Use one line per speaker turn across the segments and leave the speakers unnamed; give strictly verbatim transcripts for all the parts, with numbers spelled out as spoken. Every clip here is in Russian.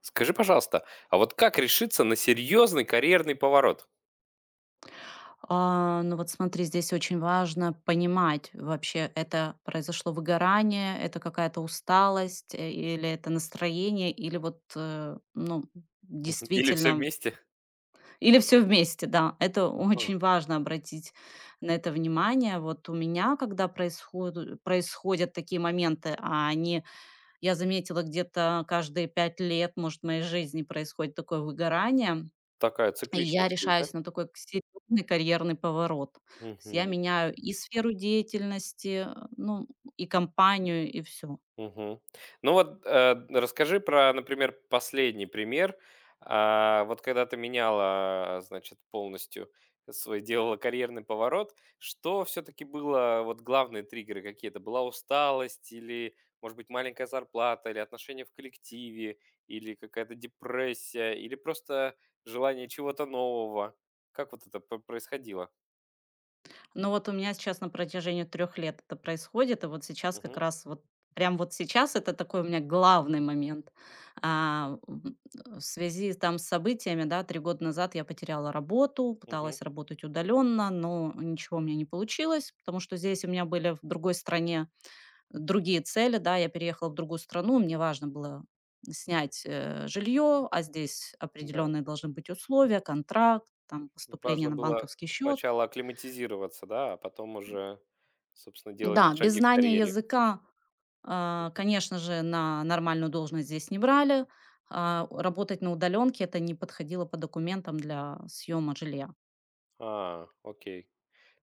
Скажи, пожалуйста, а вот как решиться на серьезный карьерный поворот?
А, ну вот смотри, здесь очень важно понимать вообще, это произошло выгорание, это какая-то усталость, э, или это настроение, или вот, э, ну,
Или все
действительно,
вместе?
или все вместе, да. Это
Ага.
очень важно обратить на это внимание. Вот у меня, когда происходу- происходят такие моменты, а они, я заметила, где-то каждые пять лет, может, в моей жизни происходит такое выгорание,
Такая
и я
цикличность есть, да?
решаюсь на такой к серьезный карьерный поворот. То есть я
Мгм.
меняю и сферу деятельности, э, ну, и компанию, и все.
Мгм. Ну вот, э, расскажи про, например, последний пример. А, вот когда ты меняла, значит, полностью свой, делала карьерный поворот, что все-таки было, вот главные триггеры какие то? Была усталость или, может быть, маленькая зарплата, или отношения в коллективе, или какая-то депрессия, или просто желание чего-то нового? Как вот это п- происходило?
Но вот у меня сейчас на протяжении трех лет это происходит, и вот сейчас как
Угу,
раз вот, прям вот сейчас это такой у меня главный момент. А, м, э, в связи там с событиями, да, три года назад я потеряла работу,
угу,
пыталась работать удаленно, но ничего у меня не получилось, потому что здесь у меня были в другой стране другие цели, да, я переехала в другую страну, мне важно было снять э, жилье, а здесь
да.
определенные должны быть условия, контракт, там, поступление
Важно
на
было
банковский счет.
сначала акклиматизироваться, да, а потом уже, собственно, делать
Да, без
шаги в
знания
карьере.
языка, а,
Мгм.
конечно же, на нормальную должность здесь не брали. а, Работать на удаленке это не подходило по документам для съема жилья.
А, окей.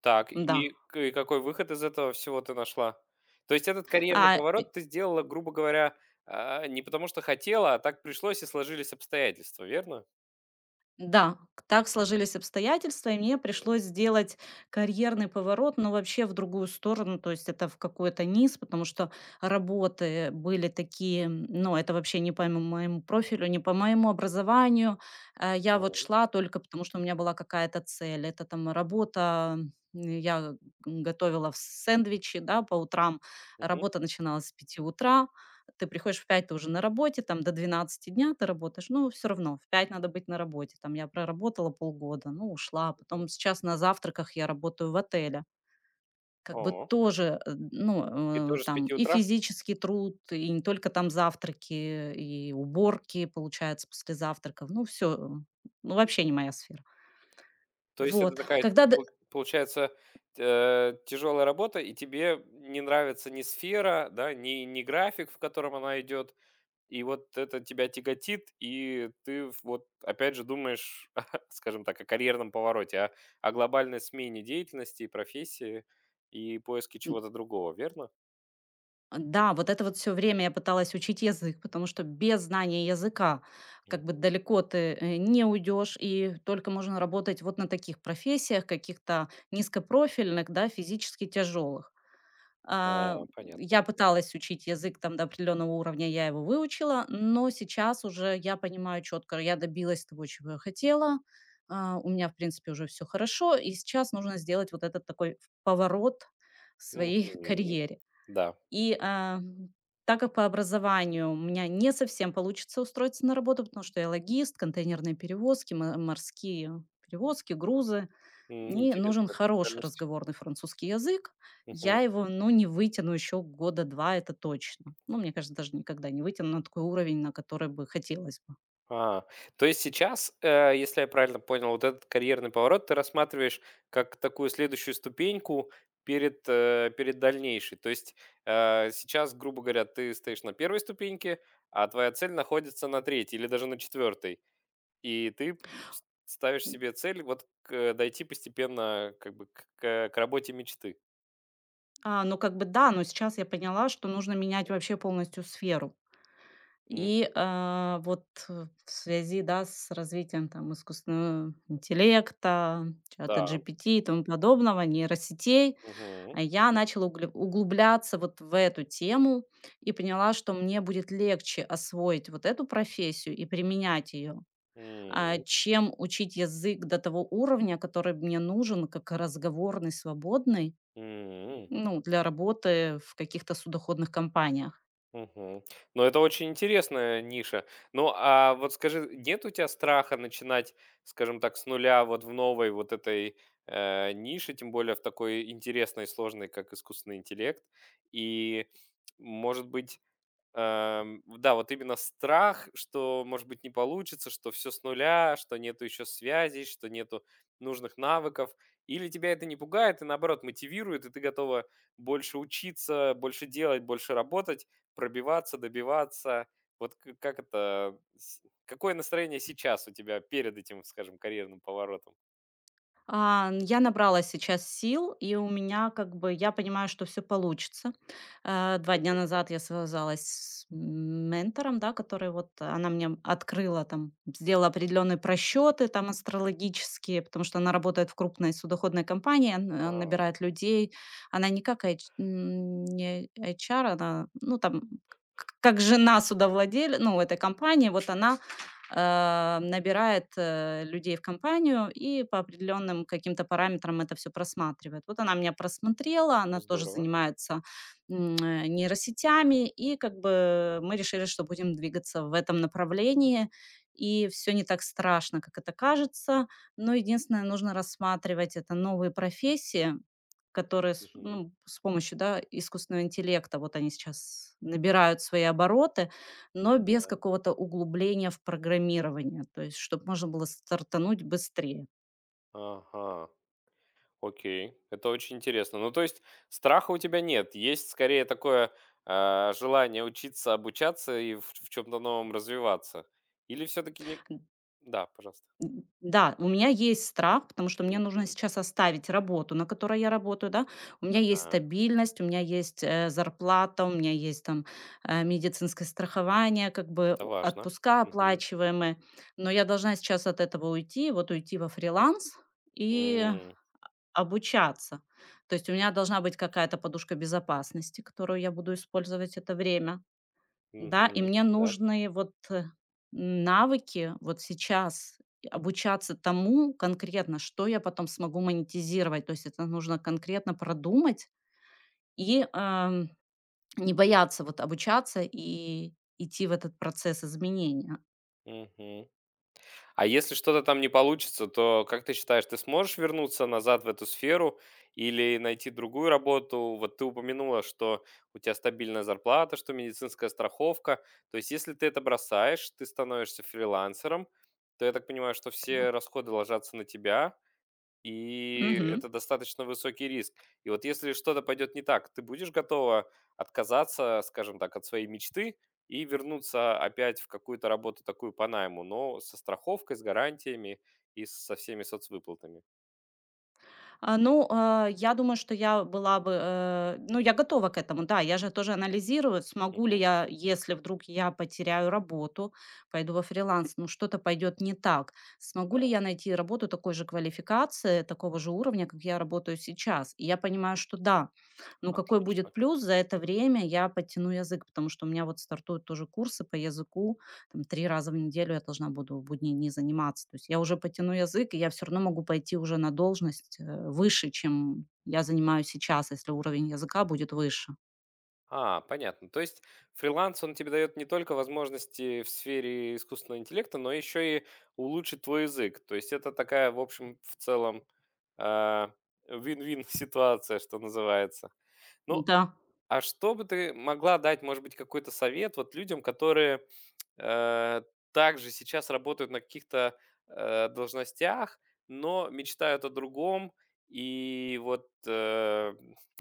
Так,
Да.
и к и какой выход из этого всего ты нашла? То есть этот карьерный
А
поворот ты сделала, грубо говоря, а, не потому что хотела, а так пришлось и сложились обстоятельства, верно?
Да, к- так сложились обстоятельства, и мне
Мгм.
пришлось сделать карьерный поворот, но вообще в другую сторону, то есть это в какой-то низ, потому что работы были такие, м, ну, это вообще не по м- моему профилю, не по моему образованию. А
А,
Я вот шла только потому, что у меня была какая-то цель. Это там работа, м, я г- готовила в сэндвичи, да, по утрам.
мгм,
Работа начиналась с пяти утра, ты приходишь в пять, ты уже на работе, там до двенадцати дня ты работаешь, ну все равно в пять надо быть на работе. Там я проработала полгода, ну, ушла.
мгм.
Потом сейчас на завтраках я работаю в отеле. Как бы
О,
тоже, э,
и
ну, э,
тоже с
там
пяти
и
утра?
физический труд, и не только там завтраки, и уборки, получается, после завтраков. Ну, все, ну, вообще не моя сфера.
То есть это
Вот.
такая,
Когда д
пол получается, э, тяжелая работа, и тебе не нравится ни сфера, да, ни ни график, в котором она идет, и вот это тебя тяготит, и ты в вот опять же думаешь, скажем так, о карьерном повороте, о о глобальной смене деятельности и профессии, и поиске чего-то другого, верно?
Да, вот это вот все время я пыталась учить язык, потому что без знания языка
Мгм,
как бы
мгм.
далеко ты, э, не уйдешь, и только можно работать вот на таких профессиях, каких-то низкопрофильных, да, физически тяжелых.
Да,
А,
понятно.
я пыталась учить язык там до определенного уровня, я его выучила, но сейчас уже я понимаю четко, я добилась того, чего я хотела, а, у меня, в принципе, уже все хорошо, и сейчас нужно сделать вот этот такой поворот в своей
Мгм.
карьере.
Да,
И, а, так как по образованию у меня не совсем получится устроиться на работу, потому что я логист, контейнерные перевозки, мо- морские перевозки, грузы.
м,
И нужен
интересная
хороший
специальность.
разговорный французский язык. Я его, ну, не вытяну еще года два, это точно. Ну, мне кажется, даже никогда не вытяну на такой уровень, на который бы хотелось бы.
А, то есть сейчас, э, если я правильно понял, вот этот карьерный поворот ты рассматриваешь как такую следующую ступеньку перед, э, перед дальнейшей. То есть э, сейчас, грубо говоря, ты стоишь на первой ступеньке, а твоя цель находится на третьей или даже на четвертой. И ты м, с- ставишь себе цель вот к- э, дойти постепенно как бы к, к- к работе мечты.
А, ну, как бы да, но сейчас я поняла, что нужно менять вообще полностью сферу.
М,
И, а, вот, э, в связи, да, с развитием там искусственного интеллекта,
да.
ChatGPT и тому подобного, нейросетей,
Мгм.
а, я начала угле углубляться вот в эту тему и поняла, что мне будет легче освоить вот эту профессию и применять ее, а,
М,
чем учить язык до того уровня, который мне нужен как разговорный, свободный,
м.
ну, для работы в каких-то судоходных компаниях.
Мгм. Ну, это очень интересная ниша. Ну, а вот скажи, нет у тебя страха начинать, скажем так, с нуля вот в новой вот этой э, нише, тем более в такой интересной, сложной, как искусственный интеллект? И, может быть, эм, да, вот именно страх, что, может быть, не получится, что все с нуля, что нету еще связей, что нету нужных навыков. Или тебя это не пугает и, наоборот, мотивирует, и ты готова больше учиться, больше делать, больше работать, пробиваться, добиваться. Вот к- как это... с- Какое настроение сейчас у тебя перед этим, скажем, карьерным поворотом?
А, н- я набрала сейчас сил, и у меня как бы, я понимаю, что все получится. Э, Два
Это
дня
точно.
назад я связалась с м, ментором, да, который вот, э, она мне открыла там, сделала определенные просчеты там астрологические, потому что она работает в крупной судоходной компании, н- э,
А,
набирает людей. Она не как H- м, не H R, она, ну там, к- как жена судовладельца, ну, этой компании, вот она э, набирает э, людей в компанию и по определенным каким-то параметрам это все просматривает. Вот она меня просмотрела, она тоже
здорово.
занимается м, э, нейросетями, и как бы мы решили, что будем двигаться в этом направлении, и все не так страшно, как это кажется. Но единственное, нужно рассматривать это новые профессии, которые с,
Мгм.
ну, с помощью да, искусственного интеллекта, вот они сейчас набирают свои обороты, но без
Да.
какого-то углубления в программирование, то есть чтобы можно было стартануть быстрее.
Ага. Окей, это очень интересно. Ну, то есть страха у тебя нет, есть скорее такое а, желание учиться, обучаться и в, чем-то новом развиваться. Или все-таки не...
М,
Да, пожалуйста.
м, да, у меня есть страх, потому что мне нужно
Мгм.
сейчас оставить работу, на которой я работаю, да. У меня есть
А,
стабильность, у меня есть, э, зарплата, у меня есть там, э, медицинское страхование, как бы
это
у
важно.
отпуска
Мгм.
оплачиваемые, но я должна сейчас от этого уйти, вот уйти во фриланс и
М,
обучаться. То есть у меня должна быть какая-то подушка безопасности, которую я буду использовать это время. Да, и
мгм.
мне
Да.
нужны вот, э, навыки вот сейчас, и обучаться тому конкретно, что я потом смогу монетизировать. То есть это нужно конкретно продумать и, эм, не бояться вот обучаться и идти в этот процесс изменения.
Мгм. А если что-то там не получится, то как ты считаешь, ты сможешь вернуться назад в эту сферу или найти другую работу? Вот ты упомянула, что у тебя стабильная зарплата, что медицинская страховка. То есть, если ты это бросаешь, ты становишься фрилансером, то я так понимаю, что
Да.
все расходы ложатся на тебя, и
Мгм.
это достаточно высокий риск. И вот если что-то пойдет не так, ты будешь готова отказаться, скажем так, от своей мечты и вернуться опять в какую-то работу такую по найму, но со страховкой, с гарантиями и со всеми соцвыплатами.
А, ну, а, я думаю, что я была бы, э, ну, я готова к этому, да, я же тоже анализирую, смогу ли
Мгм.
я, если вдруг я потеряю работу, пойду во фриланс, ну, что-то пойдет не так, смогу
Да,
ли я найти работу такой же квалификации, такого же уровня, как я работаю сейчас. И я понимаю, что да, но какой
отлично.
будет плюс, за это время я подтяну язык, потому что у меня вот стартуют тоже курсы по языку, там три раза в неделю я должна буду в будние дни заниматься. То есть я уже потяну язык, и я все равно могу пойти уже на должность, э, выше, чем я занимаюсь сейчас, если уровень языка будет выше.
А, понятно. То есть фриланс, он тебе дает не только возможности в сфере искусственного интеллекта, но еще и улучшить твой язык. То есть это такая, в общем, в целом, а, вин-вин ситуация, что называется. Ну,
Да.
а что бы ты могла дать, может быть, какой-то совет вот людям, которые, э, также сейчас работают на каких-то, э, должностях, но мечтают о другом и вот, э,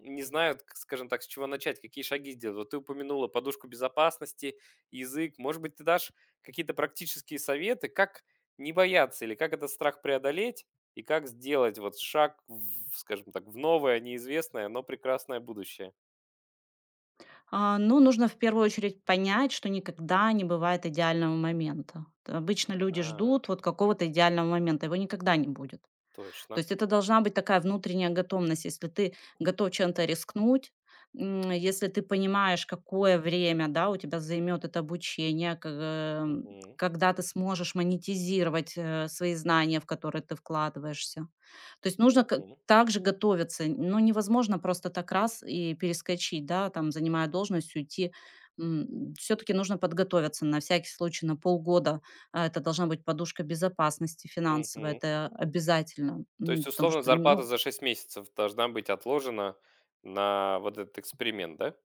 не знают, к скажем так, с чего начать, какие шаги сделать? Вот ты упомянула подушку безопасности, язык. Может быть, ты дашь какие-то практические советы, как не бояться или как этот страх преодолеть, и как сделать вот шаг в, скажем так, в новое, неизвестное, но прекрасное будущее?
А, ну, нужно в первую очередь понять, что никогда не бывает идеального момента. Т Обычно люди
А,
ждут вот какого-то идеального момента, его никогда не будет. То
точно.
есть это должна быть такая внутренняя готовность. Если ты готов чем-то рискнуть, м, если ты понимаешь, какое время, да, у тебя займет это обучение, к- эм,
Мгм,
когда ты сможешь монетизировать э, свои знания, в которые ты вкладываешься. То есть нужно к
мгм,
также готовиться. Ну, невозможно просто так раз и перескочить, да, там, занимая должность, уйти. Все таки нужно подготовиться на всякий случай на полгода. А, это должна быть подушка безопасности финансовая,
мгм.
это обязательно.
То есть,
М, потому
условно,
что,
зарплата
ну.
за шесть месяцев должна быть отложена на вот этот эксперимент, да?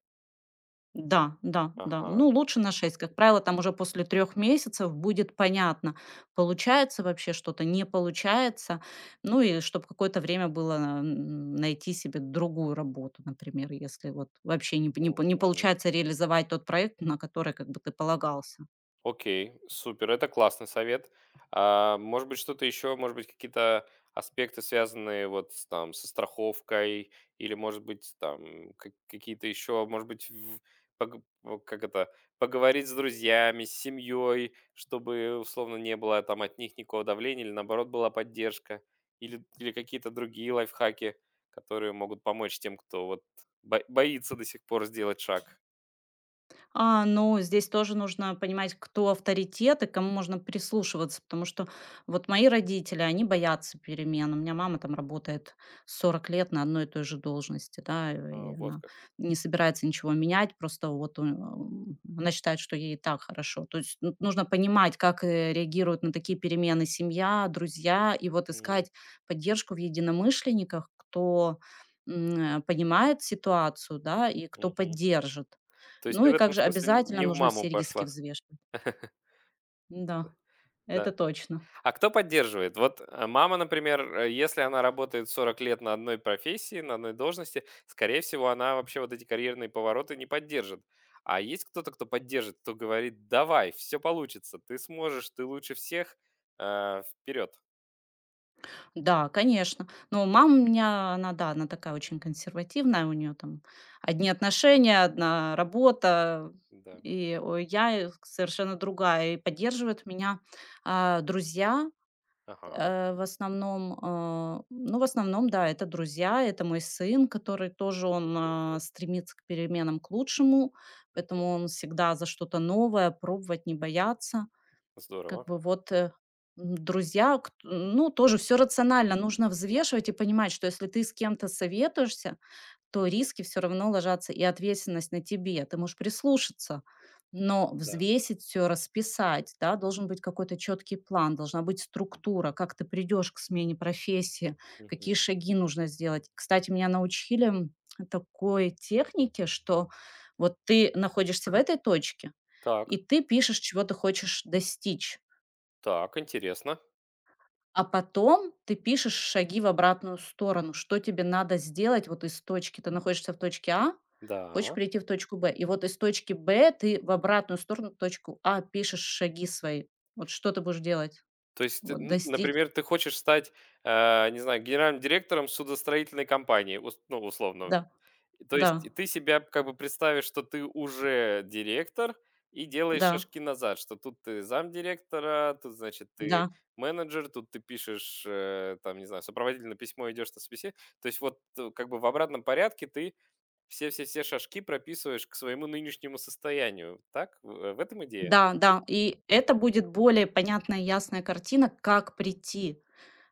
Да, да, да.
Ага.
Ну, лучше на шесть. Как правило, там уже после трех месяцев будет понятно, получается вообще что-то, не получается. Ну и чтобы какое-то время было, м, найти себе другую работу, например, если вот вообще не п не п не
Мгм.
получается реализовать тот проект, на который как бы ты полагался.
Окей, супер, это классный совет. А, может быть, что-то еще, может быть, какие-то аспекты, связанные вот с, там, со страховкой, или, может быть, там, как- какие-то еще, может быть, в- пог- о, как это, поговорить с друзьями, с семьей, чтобы, условно, не было там от них никакого давления, или, наоборот, была поддержка, или, или какие-то другие лайфхаки, которые могут помочь тем, кто вот бо- боится до сих пор сделать шаг.
А, ну, здесь тоже нужно понимать, кто авторитет и кому можно прислушиваться, потому что вот мои родители, они боятся перемен. У меня мама там работает сорок лет на одной и той же должности, да,
А,
и
вот
она
как.
не собирается ничего менять, просто вот у- м, она считает, что ей и так хорошо. То есть ну, нужно понимать, как э, реагируют на такие перемены семья, друзья, и вот
Мгм.
искать поддержку в единомышленниках, кто м, э, понимает ситуацию, да, и кто поддержит.
То есть ты
Ну и
в
как
этом
же
смысле н
обязательно
не в
нужно
маму
все риски
пошла,
взвешивать. Да, это
да.
точно.
А кто поддерживает? Вот, э, мама, например, э, если она работает сорок лет на одной профессии, на одной должности, скорее всего, она вообще вот эти карьерные повороты не поддержит. А есть кто-то, кто поддержит, кто говорит: "Давай, все получится, ты сможешь, ты лучше всех, э, вперед!"
Да, конечно. Но мама у меня, она, да, она такая очень консервативная, у нее там одни отношения, одна работа,
Да.
и ой, я э, совершенно другая. И поддерживают меня а, друзья
Ага,
э, в основном, а, ну, в основном, да, это друзья, это мой сын, который тоже, он а, стремится к переменам к лучшему,
мгм.
поэтому он всегда за что-то новое, пробовать не бояться. Как
Здорово.
бы вот, э, м, друзья, кт ну, тоже все рационально нужно взвешивать и понимать, что если ты с кем-то советуешься, то
Мгм.
риски все равно ложатся и ответственность на тебе. Ты можешь прислушаться, но
Да.
взвесить все расписать, да. Должен быть какой-то четкий план, должна быть структура, как ты придешь к смене профессии, какие
Мгм.
шаги нужно сделать. Кстати, меня научили, м, такой технике, что вот ты находишься в этой точке, и
Так,
ты пишешь, чего ты хочешь достичь.
так, интересно.
А потом ты пишешь шаги в обратную сторону, что тебе надо сделать вот из точки. Ты находишься в точке А, хочешь
Да.
прийти в точку бэ. И вот из точки бэ ты в обратную сторону, в точку А, пишешь шаги свои. Вот что ты будешь делать?
То есть, ты,
Вот
н
достичь.
например, ты хочешь стать, э, не знаю, генеральным директором судостроительной компании, ус ну, условно.
Да,
То
да,
есть и ты себя как бы представишь, что ты уже директор, и делаешь
да,
шажки назад, что тут ты замдиректора, тут, значит, ты
да,
менеджер, тут ты пишешь, э, там, не знаю, сопроводительное письмо, идешь на собеси. То есть вот, э, как бы в обратном порядке ты все-все-все шажки прописываешь к своему нынешнему состоянию. Так? В э, в этом идея?
да, да. И это будет более понятная, ясная картина, как прийти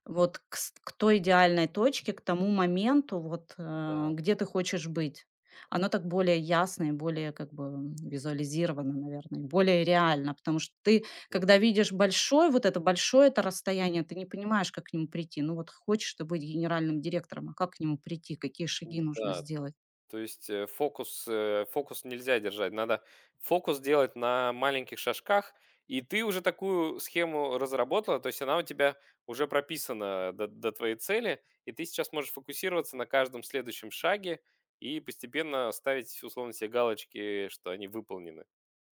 вот к с к той идеальной точке, к тому моменту, вот, э,
Да.
где ты хочешь быть. Оно так более ясно и более как бы, м, визуализировано, наверное, и более реально. Потому что ты, когда
Мгм.
видишь большое, вот это большое это расстояние, ты не понимаешь, как к нему прийти. Ну вот хочешь ты быть генеральным директором, а как к нему прийти? Какие шаги нужно
Да,
сделать?
то есть э, фокус, э, фокус нельзя держать. Надо фокус делать на маленьких шажках. И ты уже такую схему разработала, то есть она у тебя уже прописана до, до твоей цели, и ты сейчас можешь фокусироваться на каждом следующем шаге и постепенно ставить, условно, себе галочки, что они выполнены.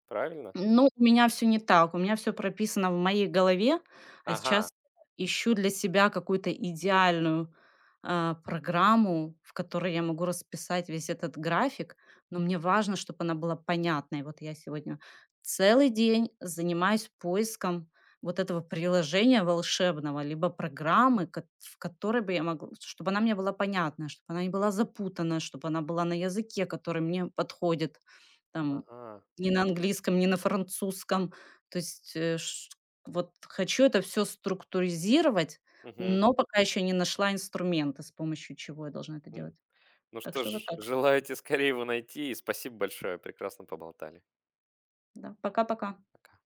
Правильно?
Ну, у меня все не так. У меня все прописано в моей голове, а
Ага,
сейчас ищу для себя какую-то идеальную, а, программу, в которой я могу расписать весь этот график, но мне важно, чтобы она была понятной. Вот я сегодня целый день занимаюсь поиском вот этого приложения волшебного, либо программы, кот в которой бы я могла чтобы она мне была понятна, чтобы она не была запутана, чтобы она была на языке, который мне подходит, там
ага.
ни на английском, ни на французском. То есть, э, ш вот хочу это все структуризировать,
Мгм,
но пока еще не нашла инструмента, с помощью чего я должна это
м.
делать.
Ну
Так
что
что вот
ж,
так.
желаю тебе скорее его найти, и спасибо большое, прекрасно поболтали.
Да. Пока-пока.
Пока.